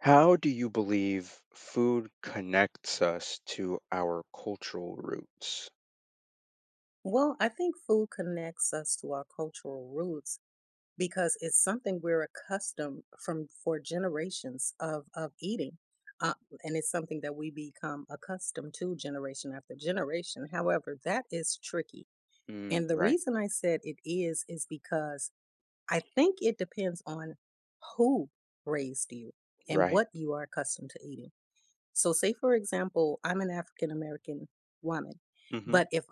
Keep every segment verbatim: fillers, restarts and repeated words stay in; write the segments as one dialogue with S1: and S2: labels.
S1: How do you believe food connects us to our cultural roots?
S2: Well, I think food connects us to our cultural roots because it's something we're accustomed from for generations of of eating. Uh, and it's something that we become accustomed to generation after generation. However, that is tricky.
S1: Mm,
S2: And the
S1: right,
S2: reason I said it is is because I think it depends on who raised you and
S1: right.
S2: what you are accustomed to eating. So say for example, I'm an African American woman.
S1: hmm
S2: But if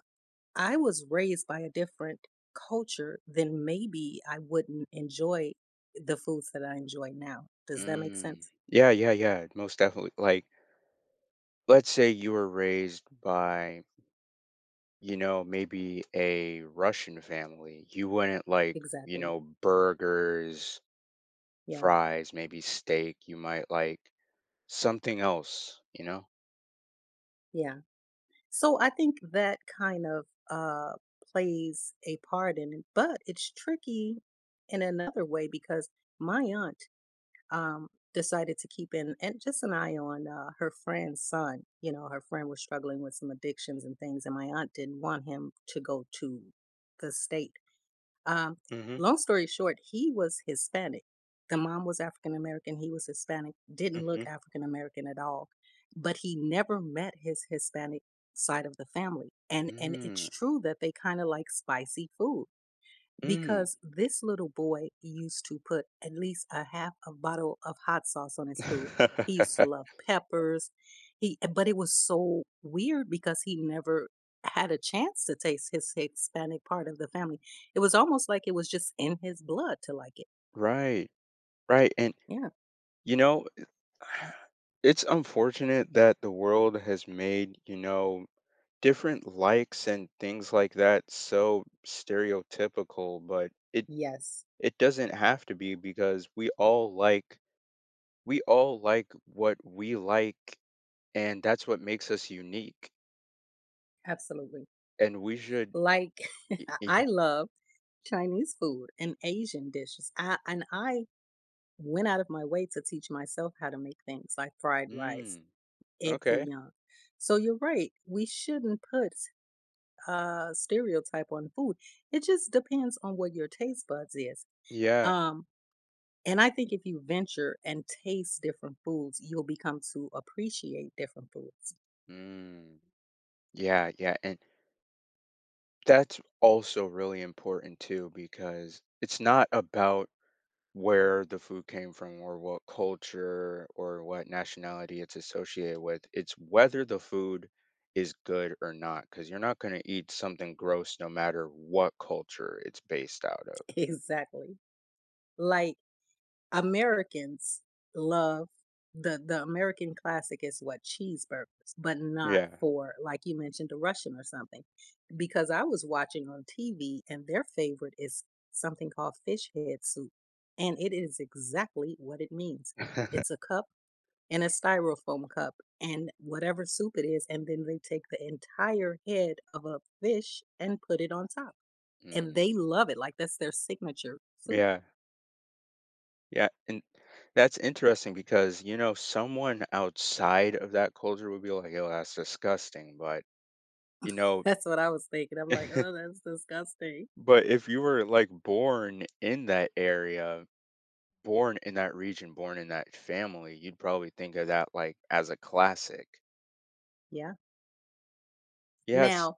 S2: I was raised by a different culture, then maybe I wouldn't enjoy the foods that I enjoy now. Does that make
S1: Mm.
S2: sense?
S1: Yeah, yeah, yeah. Most definitely. Like, let's say you were raised by, you know, maybe a Russian family. You wouldn't like, you
S2: Exactly.
S1: know, burgers,
S2: Yeah.
S1: fries, maybe steak. You might like something else, you know?
S2: Yeah. So I think that kind of uh, plays a part in it, but it's tricky in another way because my aunt um, decided to keep in and just an eye on uh, her friend's son. You know, her friend was struggling with some addictions and things, and my aunt didn't want him to go to the state. Um,
S1: Mm-hmm.
S2: Long story short, he was Hispanic. The mom was African American. He was Hispanic. Didn't look African American at all, but he never met his Hispanic side of the family. And and it's
S1: Mm-hmm.
S2: true that they kind of like spicy food
S1: Mm.
S2: because this little boy used to put at least a half a bottle of hot sauce on his food. He used to
S1: Mm.
S2: love peppers. He but it was so weird because he never had a chance to taste his Hispanic part of the family. It was almost like it was just in his blood to like it.
S1: Right, right. And
S2: Yeah.
S1: You know, it's unfortunate that the world has made, you know, different likes and things like that so stereotypical, but it
S2: Yes.
S1: it doesn't have to be because we all like we all like what we like and that's what makes us unique
S2: Absolutely.
S1: and we should
S2: Like
S1: y-
S2: I
S1: y-
S2: love Chinese food and Asian dishes. I and I went out of my way to teach myself how to make things like fried rice,
S1: mm,
S2: egg foo
S1: okay.
S2: young. So you're right. We shouldn't put uh stereotype on food. It just depends on what your taste buds is.
S1: Yeah.
S2: Um, and I think if you venture and taste different foods, you'll become to appreciate different foods.
S1: Mm, yeah, yeah, and that's also really important too because it's not about where the food came from or what culture or what nationality it's associated with. It's whether the food is good or not, because you're not going to eat something gross no matter what culture it's based out of.
S2: Exactly. Like, Americans love the the American classic is what, cheeseburgers, but not
S1: Yeah.
S2: for like you mentioned, a Russian or something. Because I was watching on T V and their favorite is something called fish head soup. And it is exactly what it means. It's a cup, and a styrofoam cup, and whatever soup it is, and then they take the entire head of a fish and put it on top. And
S1: Mm,
S2: they love it. Like that's their signature soup.
S1: yeah. Yeah. And that's interesting because, you know, someone outside of that culture would be like, yo, that's disgusting. But, you know,
S2: That's what I was thinking. I'm like, "Oh, that's disgusting."
S1: but if you were like born in that area, born in that region, born in that family, you'd probably think of that like as a classic.
S2: Yeah.
S1: Yes.
S2: Now,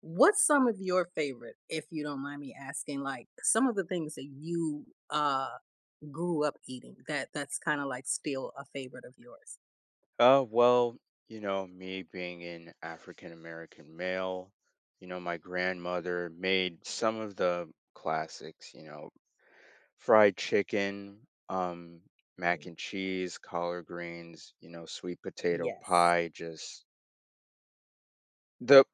S2: what's some of your favorite, if you don't mind me asking, like some of the things that you uh grew up eating that that's kind of like still a favorite of yours?
S1: Uh, well, you know, me being an African American male, you know, my grandmother made some of the classics, you know, fried chicken, um, mac
S2: Mm.
S1: and cheese, collard greens, you know, sweet potato
S2: Yes.
S1: pie, just the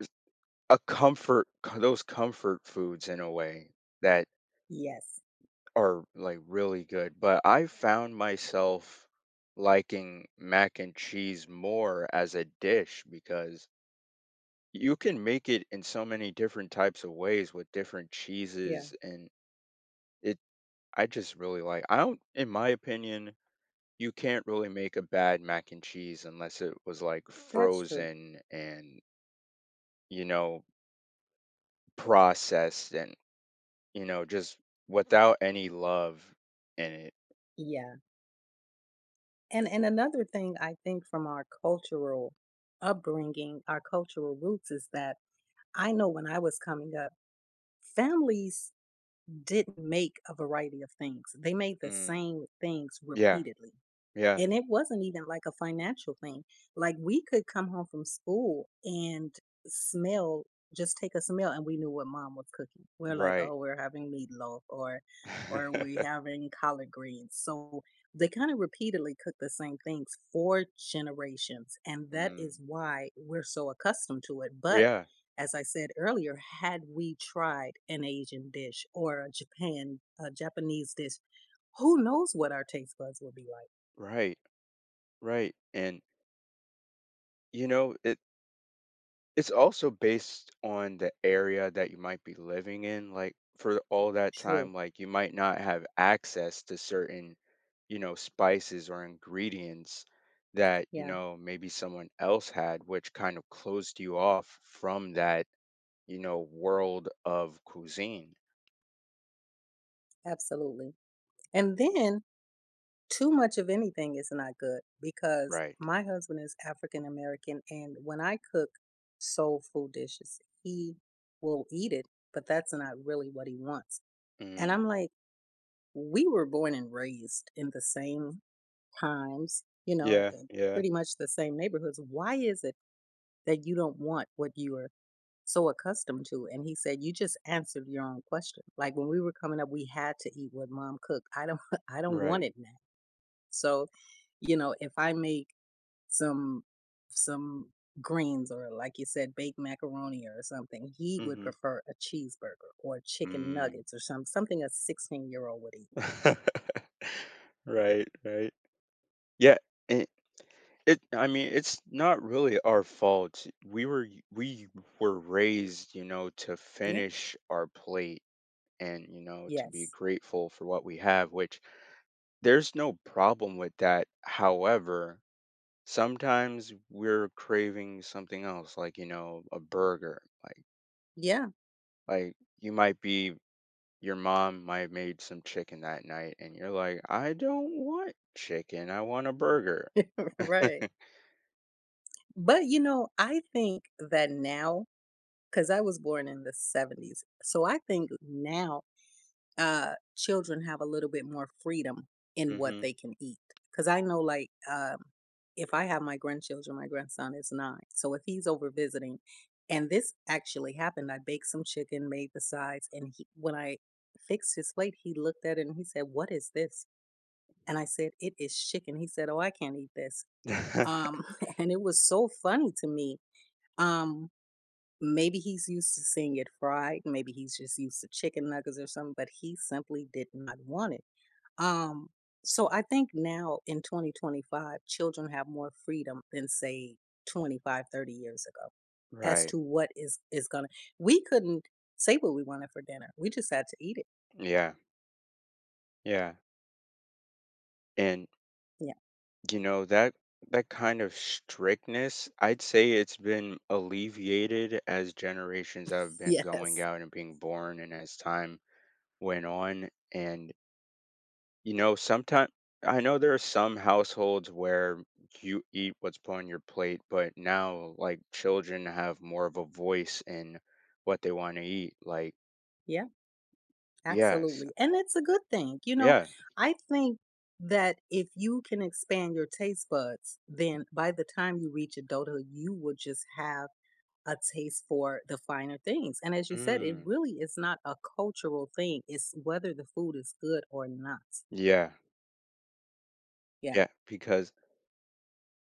S1: a comfort those comfort foods in a way that
S2: Yes.
S1: are like really good, but I found myself liking mac and cheese more as a dish because you can make it in so many different types of ways with different
S2: Yeah,
S1: cheeses and it I just really like I don't in my opinion you can't really make a bad mac and cheese unless it was like
S2: that's true.
S1: frozen and you know processed and you know just without any love in it.
S2: Yeah. And and another thing I think from our cultural upbringing, our cultural roots, is that I know when I was coming up, families didn't make a variety of things. They made the
S1: Mm,
S2: same things
S1: yeah,
S2: repeatedly.
S1: yeah,
S2: And it wasn't even like a financial thing. Like we could come home from school and smell, just take a smell, and we knew what mom was cooking. We're like,
S1: right.
S2: oh, we're having meatloaf, or or we having collard greens. So they kind of repeatedly cook the same things for generations. And that is
S1: Mm.
S2: why we're so accustomed to it. But
S1: Yeah,
S2: as I said earlier, had we tried an Asian dish, or a Japan, a Japanese dish, who knows what our taste buds would be like?
S1: right, right. And you know, it it's also based on the area that you might be living in. Like for all that
S2: True.
S1: time, like you might not have access to certain, you know, spices or ingredients that, you
S2: Yeah,
S1: know, maybe someone else had, which kind of closed you off from that, you know, world of cuisine.
S2: absolutely. And then too much of anything is not good because
S1: Right.
S2: my husband is African American, and when I cook soul food dishes, he will eat it, but that's not really what he wants. And
S1: Mm.
S2: I'm like, we were born and raised in the same times, you know,
S1: Yeah,
S2: in
S1: yeah.
S2: pretty much the same neighborhoods. Why is it that you don't want what you are so accustomed to? And he said, "You just answered your own question. Like when we were coming up, we had to eat what mom cooked. I don't, I don't want
S1: Right.
S2: it now." So you know, if I make some, some greens, or like you said, baked macaroni or something, he would prefer a cheeseburger or chicken
S1: Mm-hmm.
S2: nuggets, or some something a sixteen year old would eat.
S1: Right, right. Yeah, it it I mean, it's not really our fault. We were y- we were raised, you know, to
S2: Yeah.
S1: finish our plate and, you know, to be
S2: Yes.
S1: grateful for what we have, which there's no problem with that. However, sometimes we're craving something else, like, you know, a burger. Like
S2: Yeah.
S1: like you might be your mom might made some chicken that night and you're like, I don't want chicken. I want a burger.
S2: Right. But you know, I think that now, because I was born in the seventies, so I think now uh, children have a little bit more freedom in what
S1: hmm
S2: they can eat. Because I know, like, um, if I have my grandchildren, my grandson is nine. So if he's over visiting, and this actually happened, I baked some chicken, made the sides, and he, when I fixed his plate, he looked at it and he said, "What is this?" And I said, "It is chicken." He said, "Oh, I can't eat this." Um, and it was so funny to me. Um, Maybe he's used to seeing it fried, maybe he's just used to chicken nuggets or something, but he simply did not want it. Um, so I think now in twenty twenty-five, children have more freedom than say twenty-five, thirty years ago as
S1: Right.
S2: to what is is gonna. We couldn't say what we wanted for dinner. We just had to eat it.
S1: Yeah. Yeah. And
S2: Yeah.
S1: you know that that kind of strictness, I'd say it's been alleviated as generations have been going
S2: Yes.
S1: out and being born and as time went on. And you know, sometimes I know there are some households where you eat what's put on your plate, but now like children have more of a voice in what they want to eat. Like,
S2: Yeah,
S1: yes,
S2: absolutely. And it's a good thing. You know,
S1: yeah,
S2: I think that if you can expand your taste buds, then by the time you reach adulthood, you will just have a taste for the finer things. And as you said, it
S1: mm,
S2: really is not a cultural thing. It's whether the food is good or not.
S1: yeah,
S2: Yeah,
S1: yeah. Because,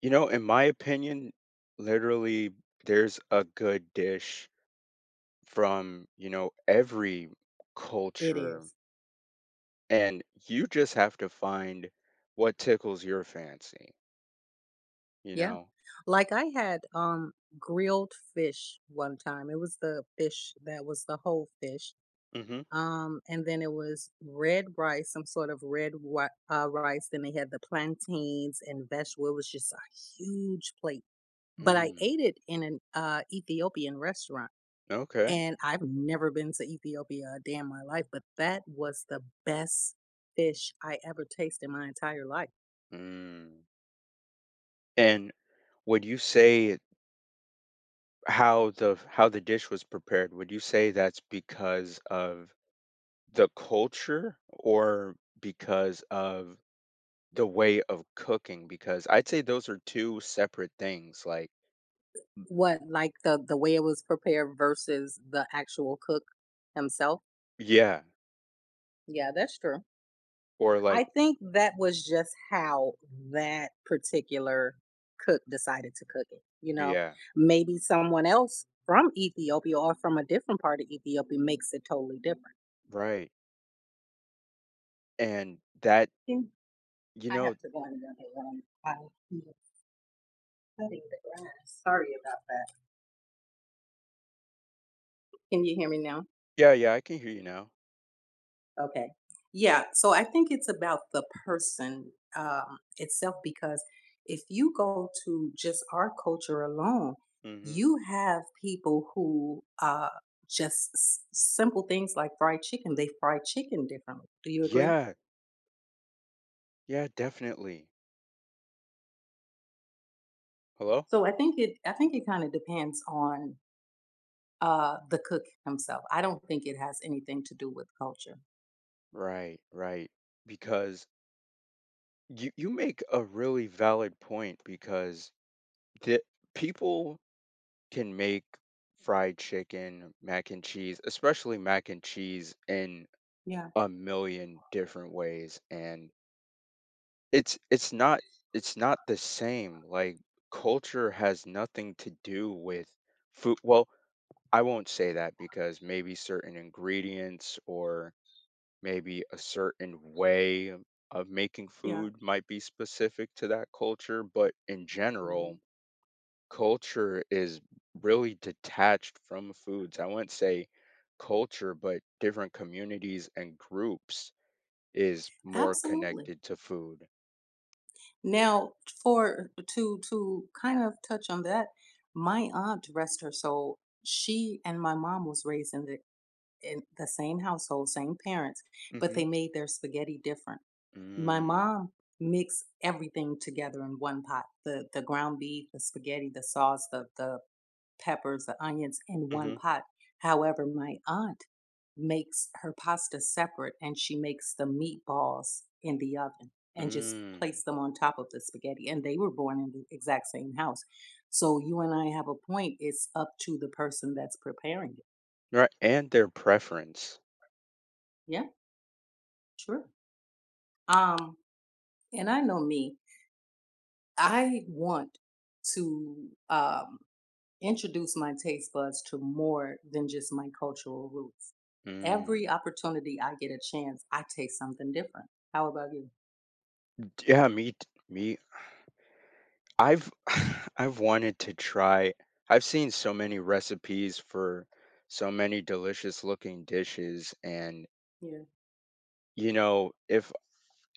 S1: you know, in my opinion, literally there's a good dish from, you know, every
S2: it
S1: culture,
S2: is.
S1: and you just have to find what tickles your fancy, you
S2: Yeah.
S1: know?
S2: Like I had um grilled fish one time. It was the fish that was the whole fish. Um, and then it was red rice, some sort of red wi- uh, rice. Then they had the plantains and vegetable. It was just a huge plate. But I
S1: Mm-hmm.
S2: ate it in an uh, Ethiopian restaurant.
S1: Okay.
S2: And I've never been to Ethiopia a day in my life, but that was the best fish I ever tasted in my entire life.
S1: Mm. And would you say how the how the dish was prepared, would you say that's because of the culture or because of the way of cooking? Because I'd say those are two separate things. Like,
S2: What, like the the way it was prepared versus the actual cook himself?
S1: yeah,
S2: Yeah, that's true.
S1: or like,
S2: I think that was just how that particular cook decided to cook it. You know,
S1: yeah,
S2: maybe someone else from Ethiopia, or from a different part of Ethiopia, makes it totally different.
S1: right. And that,
S2: Hmm,
S1: you
S2: I
S1: know,
S2: have to go on the other one. Cutting the grass. Sorry about that. Can you hear me now?
S1: yeah, yeah, I can hear you now.
S2: Okay. Yeah, so I think it's about the person um, itself because if you go to just our culture alone,
S1: hmm
S2: you have people who uh, just s- simple things like fried chicken, they fry chicken differently. Do you agree?
S1: Yeah, yeah, definitely. Hello?
S2: So I think it I think it kind of depends on uh, the cook himself. I don't think it has anything to do with culture.
S1: Right, right. Because You you make a really valid point because the people can make fried chicken, mac and cheese, especially mac and cheese in
S2: Yeah.
S1: a million different ways and it's it's not it's not the same. Like culture has nothing to do with food. Well, I won't say that because maybe certain ingredients or maybe a certain way of making
S2: Yeah.
S1: food might be specific to that culture, but in general,
S2: Mhm.
S1: culture is really detached from foods. I wouldn't say culture, but different communities and groups is more
S2: Absolutely.
S1: connected to food.
S2: Now, for to to kind of touch on that, my aunt, rest her soul, she and my mom was raised in the in the same household, same parents, but
S1: Mm-hmm.
S2: they made their spaghetti different. My
S1: Mm,
S2: mom mixed everything together in one pot, the the ground beef, the spaghetti, the sauce, the the peppers, the onions, in one
S1: mm-hmm.
S2: pot. However, my aunt makes her pasta separate and she makes the meatballs in the oven and just
S1: Mm.
S2: place them on top of the spaghetti. And they were born in the exact same house. So you and I have a point. It's up to the person that's preparing it.
S1: Right. And their preference.
S2: Yeah, true. Um, and I know me. I want to. Um, introduce my taste buds to more than just my cultural roots. Every
S1: Mm.
S2: opportunity I get a chance, I taste something different. How about you?
S1: Yeah, me t- me I've I've wanted to try I've seen so many recipes for so many delicious looking dishes and
S2: Yeah.
S1: you know if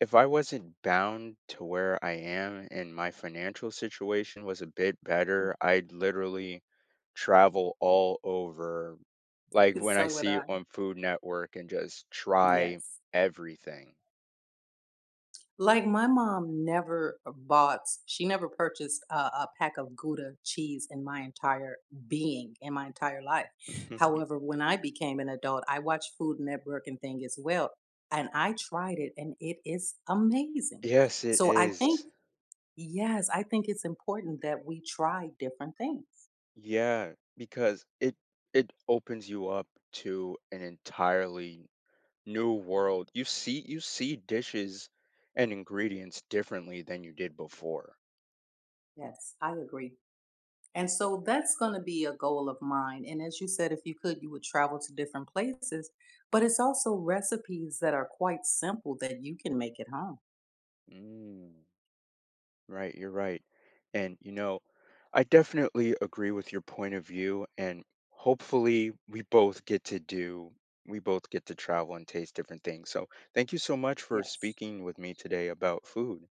S1: if I wasn't bound to where I am and my financial situation was a bit better, I'd literally travel all over like when I
S2: So would
S1: see
S2: I.
S1: on Food Network and just try
S2: Yes.
S1: everything.
S2: Like my mom never bought, she never purchased a, a pack of Gouda cheese in my entire being, in my entire life. However, when I became an adult, I watched Food Network and thing as well. And I tried it and it is amazing.
S1: Yes, it
S2: So I think,
S1: is.
S2: yes, I think it's important that we try different things.
S1: Yeah, because it it opens you up to an entirely new world. You see you see dishes and ingredients differently than you did before.
S2: Yes, I agree. And so that's going to be a goal of mine. And as you said, if you could, you would travel to different places, but it's also recipes that are quite simple that you can make at home.
S1: Mm, right, you're right. And you know, I definitely agree with your point of view and hopefully we both get to do we both get to travel and taste different things. So, thank you so much for
S2: Yes.
S1: speaking with me today about food.